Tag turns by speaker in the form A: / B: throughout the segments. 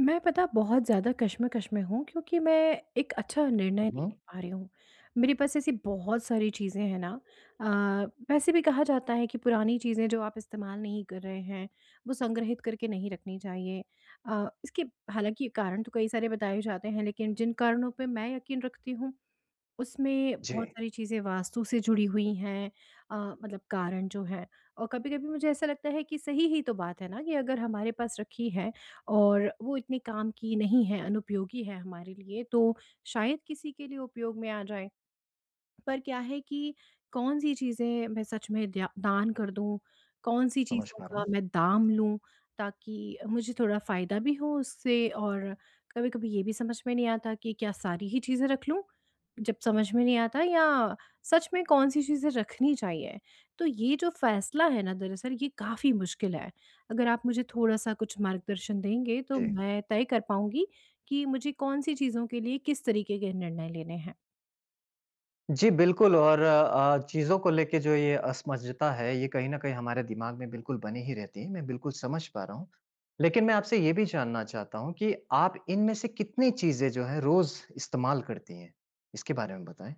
A: मैं पता बहुत ज़्यादा कश्मकश में हूँ क्योंकि मैं एक अच्छा निर्णय नहीं
B: हुँ।
A: ले पा रही हूँ। मेरे पास ऐसी बहुत सारी चीज़ें हैं ना, अ, वैसे भी कहा जाता है कि पुरानी चीज़ें जो आप इस्तेमाल नहीं कर रहे हैं, वो संग्रहित करके नहीं रखनी चाहिए। अ, इसके हालाँकि कारण तो कई सारे बताए जाते हैं लेकिन जिन कारणों पे मैं यकीन रखती हूँ उसमें बहुत
B: जी,
A: सारी चीज़ें वास्तु से जुड़ी हुई हैं। अ, मतलब कारण जो हैं, और कभी-कभी मुझे ऐसा लगता है कि सही ही तो बात है ना कि अगर हमारे पास रखी है और वो इतने काम की नहीं है, अनुपयोगी है हमारे लिए, तो शायद किसी के लिए उपयोग में आ जाए। पर क्या है कि कौन सी चीज़ें मैं सच में द्या दान कर दूँ, कौन सी
B: समझ
A: चीज़ों
B: पा रहा
A: का
B: हूँ।
A: मैं दाम लूँ ताकि मुझे थोड़ा फ़ायदा भी हो उससे, और कभी-कभी ये भी समझ में नहीं आता कि क्या सारी ही चीज़ें रख लूँ? जब समझ में नहीं आता या सच में कौन-सी चीज़ें रखनी चाहिए? तो ये जो फ़ैसला है ना, दरअसल ये काफ़ी मुश्किल है। अगर आप मुझे थोड़ा-सा कुछ मार्गदर्शन देंगे तो
B: जी।
A: मैं तय कर पाऊँगी कि मुझे कौन-सी चीज़ों के लिए किस तरीके के निर्णय लेने हैं।
B: जी, बिल्कुल और चीज़ों को लेके जो ये असमंजसता है, ये कहीं न कहीं हमारे दिमाग में बिल्कुल बनी ही रहती है, मैं बिल्कुल समझ पा रहा हूँ। लेकिन मैं आपसे ये भी जानना चाहता हूँ कि आप इनमें से कितनी चीज़ें जो हैं रोज़ इस्तेमाल करती हैं? इसके बारे में बताएँ।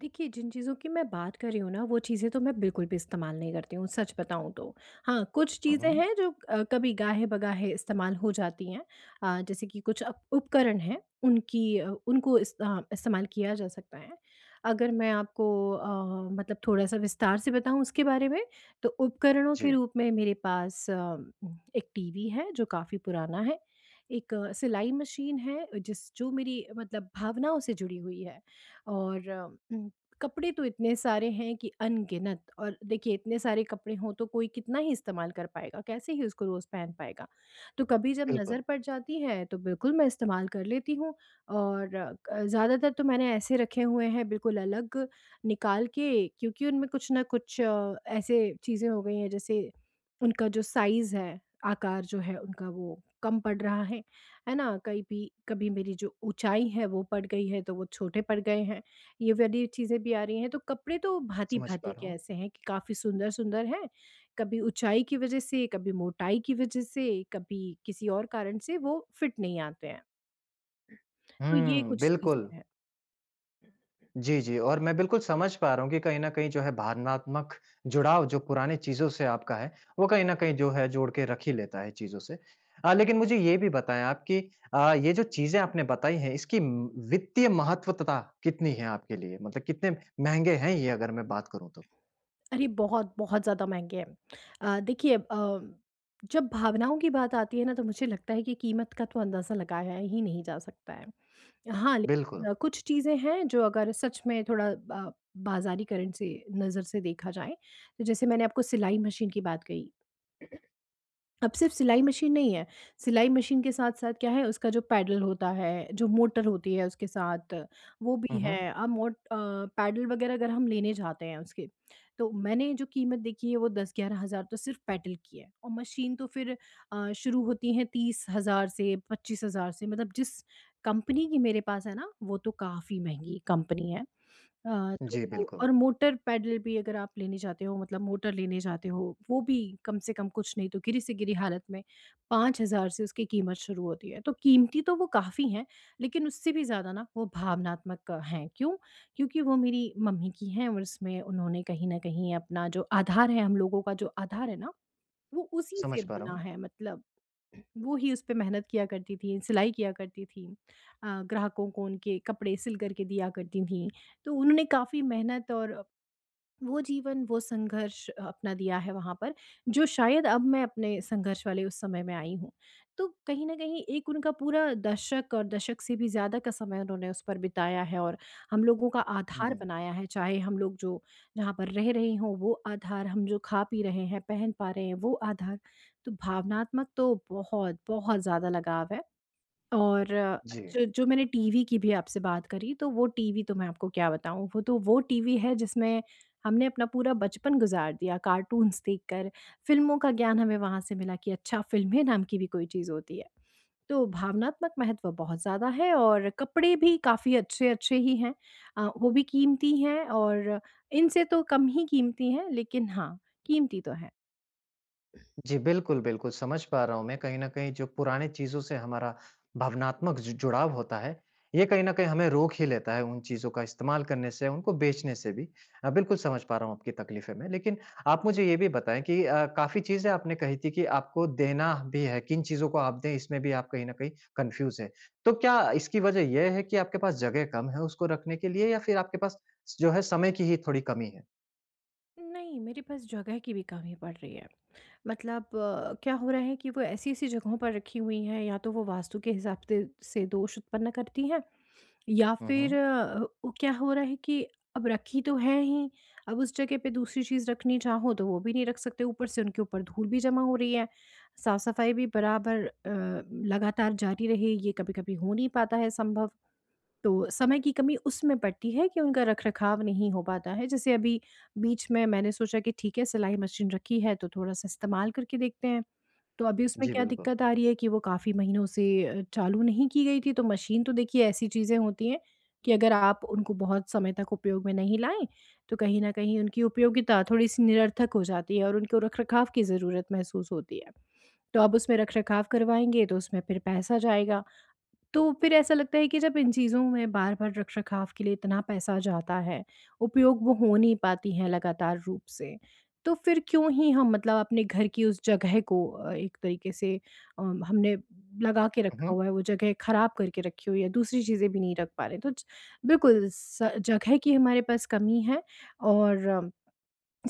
A: देखिए, जिन चीज़ों की मैं बात कर रही हूँ ना, वो चीज़ें तो मैं बिल्कुल भी इस्तेमाल नहीं करती हूँ, सच बताऊँ तो। हाँ, कुछ
B: हुँ,
A: चीज़ें
B: हुँ।
A: हैं जो कभी गाहे-बगाहे इस्तेमाल हो जाती हैं। जैसे कि कुछ अप उपकरण हैं, उनकी अ, उनको इस अ, इस्तेमाल किया जा सकता है। अगर मैं आपको मतलब थोड़ा-सा विस्तार से बताऊँ उसके बारे में, तो उपकरणों के
B: जी।
A: रूप में मेरे पास एक टीवी है, जो काफ़ी पुराना है। एक सिलाई मशीन है, जिस जो मेरी मतलब भावनाओं से जुड़ी हुई है। और उम, कपड़े तो इतने सारे हैं कि अनगिनत, और देखिए इतने सारे कपड़े हों तो कोई कितना ही इस्तेमाल कर पाएगा, कैसे ही उसको रोज़ पहन पाएगा। तो कभी जब
B: बिल्कुल,
A: नज़र पड़ जाती है तो बिल्कुल मैं इस्तेमाल कर लेती हूँ, और क ज़्यादातर तो मैंने ऐसे रखे हुए हैं बिल्कुल अलग निकाल के, क्योंकि उनमें कुछ ना कुछ ऐसे चीज़ें हो गई हैं। जैसे उनका जो साइज़ है, आकार जो है उनका वो कम पड़ रहा है ना? कहीं भी कभी मेरी जो ऊँचाई है वो बढ़ गई है तो वो छोटे पड़ गए हैं, ये वाली चीज़ें भी आ रही हैं। तो कपड़े तो
B: समझ पा
A: भाँति-भाँति
B: रहा
A: के
B: हूँ।
A: ऐसे हैं कि काफ़ी सुंदर-सुंदर हैं, कभी ऊँचाई की वज़ह से, कभी मोटाई की वज़ह से, कभी किसी और कारण से वो फिट नहीं आते हैं। तो ये
B: हुँ,
A: कुछ
B: बिल्कुल।
A: चीज़ें हैं।
B: जी, जी। और मैं बिल्कुल समझ पा रहा हूँ कि कहीं न कहीं जो है भावनात्मक जुड़ाव जो पुरानी चीज़ों से आपका है, वो कहीं न कहीं जो है जोड़ के रख ही लेता है चीज़ों से। लेकिन मुझे ये भी बताएँ आप कि ये जो चीज़ें आपने बताई हैं इसकी वित्तीय महत्वतता कितनी है आपके लिए? मतलब कितने महँगे हैं ये अगर मैं बात करूँ तो?
A: अरे! बहुत, बहुत ज़्यादा महँगे हैं। देखिए, जब भावनाओं की बात आती है ना, तो मुझे लगता है कि कीमत का तो अंदाज़ा लगाया ही नहीं जा सकता है। हाँ,
B: बिल्कुल।
A: लेकिन कुछ चीज़ें हैं जो अगर सच में थोड़ा बाज़ारी करण से नज़र से देखा जाए, तो जैसे मैंने आपको सिलाई मशीन की बात कही, अब सिर्फ सिलाई मशीन नहीं है, सिलाई मशीन के साथ-साथ क्या है, उसका जो पैडल होता है, जो मोटर होती है उसके साथ, वो
B: हुँ,
A: भी
B: हुँ।
A: है। अब पैडल वगैरह अगर हम लेने जाते हैं उसके, तो मैंने जो कीमत देखी है वो 10-11 हज़ार तो सिर्फ पैडल की है, और मशीन तो फिर शुरू होती हैं 30 हज़ार से 25 हज़ार से, मतलब जिस कंपनी की मेरे पास है ना, वो तो काफ़ी महँगी कंपनी है। हाँ,
B: जी,
A: तो
B: बिल्कुल।
A: और मोटर पैडल भी अगर आप लेने जाते हो, मतलब मोटर लेने जाते हो, वो भी कम से कम, कुछ नहीं तो गिरी से गिरी हालत में 5,000 से उसकी कीमत शुरू होती है। तो कीमती तो वो काफ़ी हैं, लेकिन उससे भी ज़्यादा ना वो भावनात्मक हैं। क्यों? क्योंकि वो मेरी मम्मी की हैं, और उसमें उन्होंने कहीं न कहीं अपना जो आधार है, हम लोगों का जो आधार है ना, वो उसी
B: समझ
A: से
B: पा रहा
A: बना
B: हूँ।
A: है। मतलब वो ही उसपे मेहनत किया करती थीं, सिलाई किया करती थीं। ग्राहकों को उनके कपड़े सिल कर के दिया करती थीं। तो उन्होंने काफ़ी मेहनत, और वो जीवन, वो संघर्ष अपना दिया है वहाँ पर, जो शायद अब मैं अपने संघर्ष वाले उस समय में आई हूँ। तो कहीं न कहीं एक उनका पूरा दशक, और दशक से भी ज़्यादा का समय उन्होंने उस पर बिताया है, और हम लोगों का आधार
B: हुँ,
A: बनाया है, चाहे हम लोग जो जहाँ पर रह रहे हों, वो आधार, हम जो खा पी रहे हैं, पहन पा रहे हैं, वो आधार। तो भावनात्मक तो बहुत, बहुत ज़्यादा लगाव है। और
B: जी।
A: जो जो मैंने टीवी की भी आपसे बात करी, तो वो टीवी तो मैं आपको क्या बताऊँ, वो तो वो टीवी है जिसमें हमने अपना पूरा बचपन गुज़ार दिया कार्टून्स देखकर, फ़िल्मों का ज्ञान हमें वहाँ से मिला कि अच्छा, फ़िल्में नाम की भी कोई चीज़ होती है। तो भावनात्मक महत्व बहुत ज़्यादा है, और कपड़े भी काफ़ी अच्छे-अच्छे ही हैं। वो भी कीमती हैं, और इनसे तो कम ही कीमती हैं, लेकिन हाँ, कीमती तो हैं।
B: जी, बिल्कुल, बिल्कुल, समझ पा रहा हूँ मैं कहीं न कहीं जो पुराने चीज़ों से हमारा भावनात्मक जु जुड़ाव होता है, ये कहीं न कहीं हमें रोक ही लेता है उन चीज़ों का इस्तेमाल करने से, उनको बेचने से भी। बिल्कुल समझ पा रहा हूँ आपकी तकलीफ़ें मैं। लेकिन आप मुझे ये भी बताएँ कि काफ़ी चीज़ें आपने कही थी कि आपको देना भी है, किन चीज़ों को आप दें इसमें भी आप कहीं न कहीं कन्फ्यूज़ हैं। तो क्या इसकी वजह ये है कि आपके पास जगह कम है उसको रखने के लिए या फिर आपके पास जो है समय की ही थोड़ी कमी है?
A: नहीं, मेरे पास जगह की भी कमी पड़ रही है। मतलब क्या हो रहा है कि वो ऐसी-ऐसी जगहों पर रखी हुई हैं, या तो वो वास्तु के हिसाब ते से दोष उत्पन्न करती हैं, या
B: हुँ,
A: फिर
B: हुँ।
A: वो क्या हो रहा है कि अब रखी तो है ही, अब उस जगह पे दूसरी चीज़ रखनी चाहो तो वो भी नहीं रख सकते, ऊपर से उनके ऊपर धूल भी जमा हो रही है, साफ-सफाई भी बराबर, लगातार जारी रहे, ये कभी-कभी हो नहीं पाता है संभव। तो समय की कमी उसमें पड़ती है कि उनका रखरखाव नहीं हो पाता है। जैसे अभी बीच में मैंने सोचा कि ठीक है, सिलाई मशीन रखी है तो थोड़ा-सा इस्तेमाल करके देखते हैं। तो अभी उसमें
B: जी,
A: क्या
B: बिल्कुल।
A: दिक्कत आ रही है कि वो काफ़ी महीनों से चालू नहीं की गई थी। तो मशीन तो देखिए, ऐसी चीज़ें होती हैं कि अगर आप उनको बहुत समय तक उपयोग में नहीं लाएँ, तो कहीं न कहीं उनकी उपयोगिता थोड़ी-सी निरर्थक हो जाती है, और उनको रखरखाव की ज़रूरत महसूस होती है। तो अब उसमें रखरखाव करवाएँगे तो उसमें फिर पैसा जाएगा। तो फिर ऐसा लगता है कि जब इन चीज़ों में बार-बार रख-रखाव के लिए इतना पैसा जाता है, उपयोग वो हो नहीं पाती हैं लगातार रूप से, तो फिर क्यों ही हम, मतलब अपने घर की उस जगह को एक तरीके से हमने लगा के
B: हुँ,
A: रखा
B: हुँ।
A: हुआ है, वो जगह खराब करके रखी हुई है, दूसरी चीज़ें भी नहीं रख पा रहे। तो ज बिल्कुल स जगह की हमारे पास कमी है, और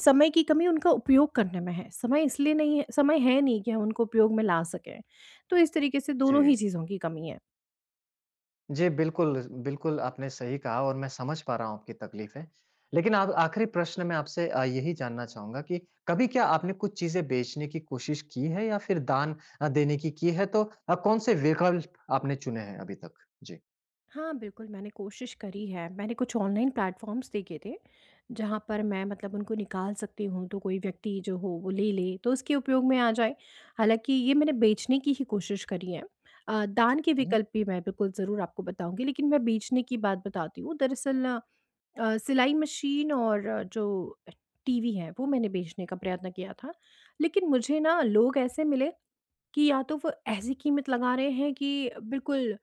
A: समय की कमी उनका उपयोग करने में है। समय इसलिए नहीं है, समय है नहीं कि हम उनको उपयोग में ला सकें। तो इस तरीके से
B: जी।
A: दोनों ही चीज़ों की कमी है।
B: जी, बिल्कुल, बिल्कुल आपने सही कहा और मैं समझ पा रहा हूँ आपकी तकलीफ़ें। लेकिन आप आखिरी प्रश्न मैं आपसे यही जानना चाहूँगा कि कभी क्या आपने कुछ चीज़ें बेचने की कोशिश की है या फिर दान देने की है? तो कौन-से विकल्प आपने चुने हैं अभी तक? जी।
A: हाँ, बिल्कुल, मैंने कोशिश करी है। मैंने कुछ ऑनलाइन प्लेटफ़ॉर्म्स देखे थे, जहाँ पर मैं, मतलब उनको निकाल सकती हूँ, तो कोई व्यक्ति जो हो वो ले ले, तो उसके उपयोग में आ जाए। हालाँकि ये मैंने बेचने की ही कोशिश करी है। दान के
B: हुँ।
A: विकल्प भी मैं बिल्कुल ज़रूर आपको बताऊँगी, लेकिन मैं बेचने की बात बताती हूँ। दरअसल सिलाई मशीन, और जो टीवी है, वो मैंने बेचने का प्रयत्न किया था। लेकिन मुझे ना लोग ऐसे मिले कि या तो वो ऐसी कीमत लगा रहे हैं कि बिल्कुल,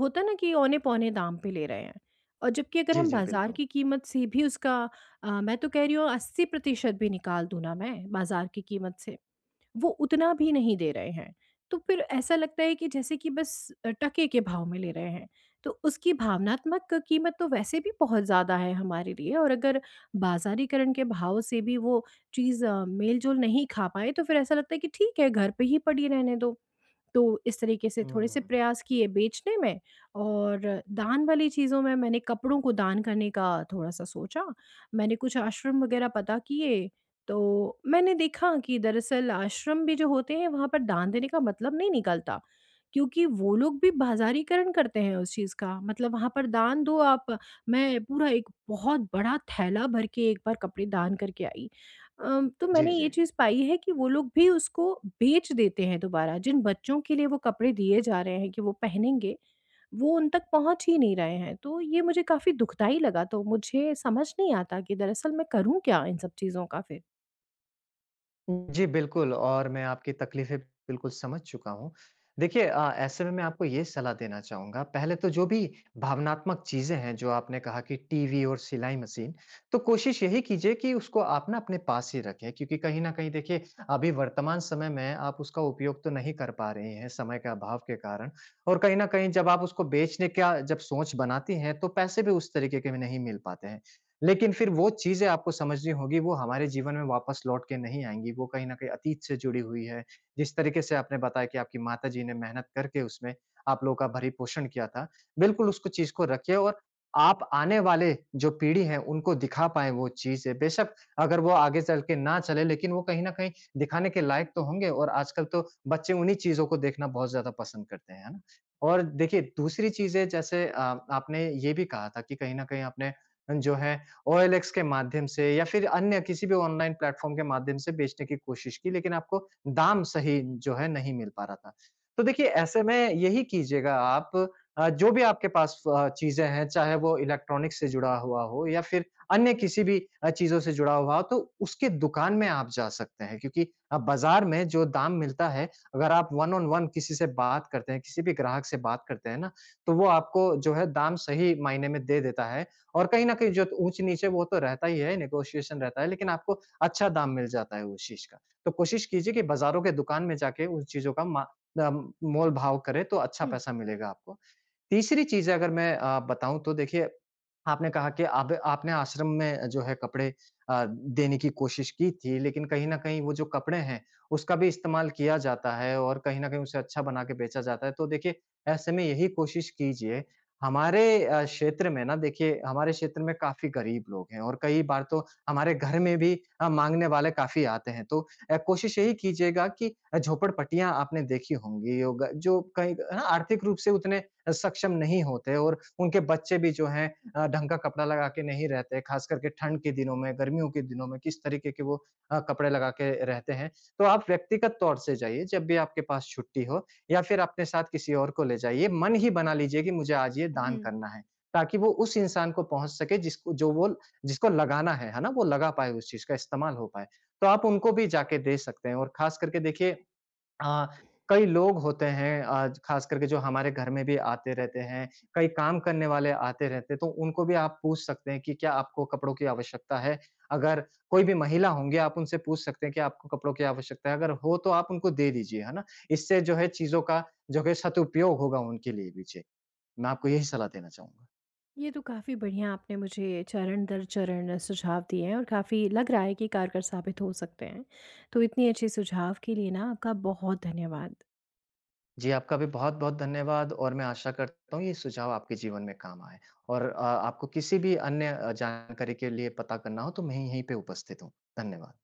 A: होता है ना कि औने-पौने दाम पे ले रहे हैं। और जबकि अगर
B: जी,
A: हम
B: जी,
A: बाज़ार
B: बिल्कुल।
A: की कीमत से भी उसका, मैं तो कह रही हूँ 80% भी निकाल दूँ ना मैं बाज़ार की कीमत से, वो उतना भी नहीं दे रहे हैं। तो फिर ऐसा लगता है कि जैसे कि बस टके के भाव में ले रहे हैं। तो उसकी भावनात्मक कीमत तो वैसे भी बहुत ज़्यादा है हमारे लिए, और अगर बाज़ारीकरण के भाव से भी वो चीज़ मेल-जोल नहीं खा पाए, तो फिर ऐसा लगता है कि ठीक है, घर पे ही पड़ी रहने दो। तो इस तरीके से थोड़े-से
B: हुँ।
A: प्रयास किए बेचने में, और दान वाली चीज़ों में मैंने कपड़ों को दान करने का थोड़ा-सा सोचा। मैंने कुछ आश्रम वगैरह पता किए, तो मैंने देखा कि दरअसल आश्रम भी जो होते हैं, वहाँ पर दान देने का मतलब नहीं निकलता, क्योंकि वो लोग भी बाज़ारीकरण करते हैं उस चीज़ का। मतलब वहाँ पर दान दो आप, मैं पूरा एक बहुत बड़ा थैला भर के एक बार कपड़े दान करके आई। तो
B: जी,
A: मैंने
B: जी।
A: ये चीज़ पाई है कि वो लोग भी उसको बेच देते हैं दोबारा। जिन बच्चों के लिए वो कपड़े दिए जा रहे हैं कि वो पहनेंगे, वो उन तक पहुँच ही नहीं रहे हैं। तो ये मुझे काफ़ी दुखदाई लगा, तो मुझे समझ नहीं आता कि दरअसल मैं करूँ क्या इन सब चीज़ों का फिर?
B: जी, बिल्कुल और मैं आपकी तकलीफ़ें बिल्कुल समझ चुका हूँ। देखिए ऐसे में मैं आपको ये सलाह देना चाहूँगा, पहले तो जो भी भावनात्मक चीज़ें हैं, जो आपने कहा कि टीवी और सिलाई मशीन, तो कोशिश यही कीजिए कि उसको आप ना अपने पास ही रखें क्योंकि कहीं न कहीं देखिए, अभी वर्तमान समय में आप उसका उपयोग तो नहीं कर पा रहे हैं, समय के अभाव के कारण और कहीं न कहीं जब आप उसको बेचने का जब सोच बनाती हैं, तो पैसे भी उस तरीके के भी नहीं मिल पाते हैं। लेकिन फिर वो चीज़ें आपको समझनी होगी, वो हमारे जीवन में वापस लौट के नहीं आएँगी, वो कहीं न कहीं अतीत से जुड़ी हुई है। जिस तरीके से आपने बताया कि आपकी माताजी ने मेहनत करके उसमें आप लोगों का भरण-पोषण किया था, बिल्कुल उसको चीज़ को रखिए और आप आने वाले जो पीढ़ी है, उनको दिखा पाएँ वो चीज़ें। बेशक अगर वो आगे चल के ना चले, लेकिन वो कहीं न कहीं दिखाने के लायक तो होंगे और आजकल तो बच्चे उन्हीं चीज़ों को देखना बहुत ज़्यादा पसंद करते हैं, है ना? और देखिए दूसरी चीज़ें जैसे आपने ये भी कहा था कि कहीं न कहीं आपने जो है ओएलएक्स के माध्यम से या फिर अन्य किसी भी ऑनलाइन प्लेटफ़ॉर्म के माध्यम से बेचने की कोशिश की, लेकिन आपको दाम सही जो है नहीं मिल पा रहा था। तो देखिए ऐसे में यही कीजिएगा आप जो भी आपके पास चीज़ें हैं, चाहे वो इलेक्ट्रॉनिक्स से जुड़ा हुआ हो या फिर अन्य किसी भी चीज़ों से जुड़ा हुआ हो, तो उसके दुकान में आप जा सकते हैं क्योंकि बाज़ार में जो दाम मिलता है, अगर आप वन ऑन वन किसी से बात करते हैं, किसी भी ग्राहक से बात करते हैं ना, तो वो आपको जो है दाम सही मायने में दे देता है और कहीं न कहीं जो ऊँच नीचे वो तो रहता ही है, नेगोशिएशन रहता है, लेकिन आपको अच्छा दाम मिल जाता है उस चीज़ का। तो कोशिश कीजिए कि बाज़ारों के दुकान में जाके उन चीज़ों का अ, मोल-भाव करें, तो अच्छा
A: हुँ,
B: पैसा मिलेगा आपको। तीसरी चीज़ अगर मैं बताऊँ तो देखिए, आपने कहा कि अब आपने आश्रम में जो है कपड़े देने की कोशिश की थी, लेकिन कहीं न कहीं वो जो कपड़े हैं, उसका भी इस्तेमाल किया जाता है और कहीं न कहीं उसे अच्छा बना के बेचा जाता है। तो देखिए, ऐसे में यही कोशिश कीजिए हमारे क्षेत्र में ना देखिए, हमारे क्षेत्र में काफ़ी गरीब लोग हैं और कई बार तो हमारे घर में भी माँगने वाले काफ़ी आते हैं। तो कोशिश यही कीजिएगा कि झोपड़पट्टियाँ आपने देखी होंगी, यो ग जो कहीं है ना आर्थिक रूप से उतने सक्षम नहीं होते और उनके बच्चे भी जो हैं ढंग का कपड़ा लगा के नहीं रहते, खास करके ठंड के दिनों में, गर्मियों के दिनों में किस तरीके के वो कपड़े लगा के रहते हैं। तो आप व्यक्तिगत तौर से जाइए जब भी आपके पास छुट्टी हो या फिर अपने साथ किसी और को ले जाइए, मन ही बना लीजिए कि मुझे आज ये दान
A: हुँ।
B: करना है, ताकि वो उस इंसान को पहुँच सके जिसको जो वो जिसको लगाना है ना? वो लगा पाए उस चीज़ का इस्तेमाल हो पाए। तो आप उनको भी जाके दे सकते हैं और खास करके देखिए अ, कई लोग होते हैं खास करके जो हमारे घर में भी आते रहते हैं, कई काम करने वाले आते रहते हैं, तो उनको भी आप पूछ सकते हैं कि क्या आपको कपड़ों की आवश्यकता है? अगर कोई भी महिला होंगी, आप उनसे पूछ सकते हैं कि आपको कपड़ों की आवश्यकता है? अगर हो तो आप उनको दे दीजिए, है ना? इससे जो है चीज़ों का जो है सदुपयोग होगा उनके लिए भी। जी, मैं आपको यही सलाह देना चाहूँगा।
A: ये तो काफ़ी बढ़िया आपने मुझे चरण दर चरण सुझाव दिए हैं, और काफ़ी लग रहा है कि कारगर साबित हो सकते हैं। तो इतनी अच्छी सुझाव के लिए ना आपका बहुत धन्यवाद।
B: जी, आपका भी बहुत-बहुत धन्यवाद और मैं आशा करता हूँ ये सुझाव आपके जीवन में काम आएँ। और आपको किसी भी अन्य जानकारी के लिए पता करना हो तो मैं यहीं पे उपस्थित हूँ। धन्यवाद।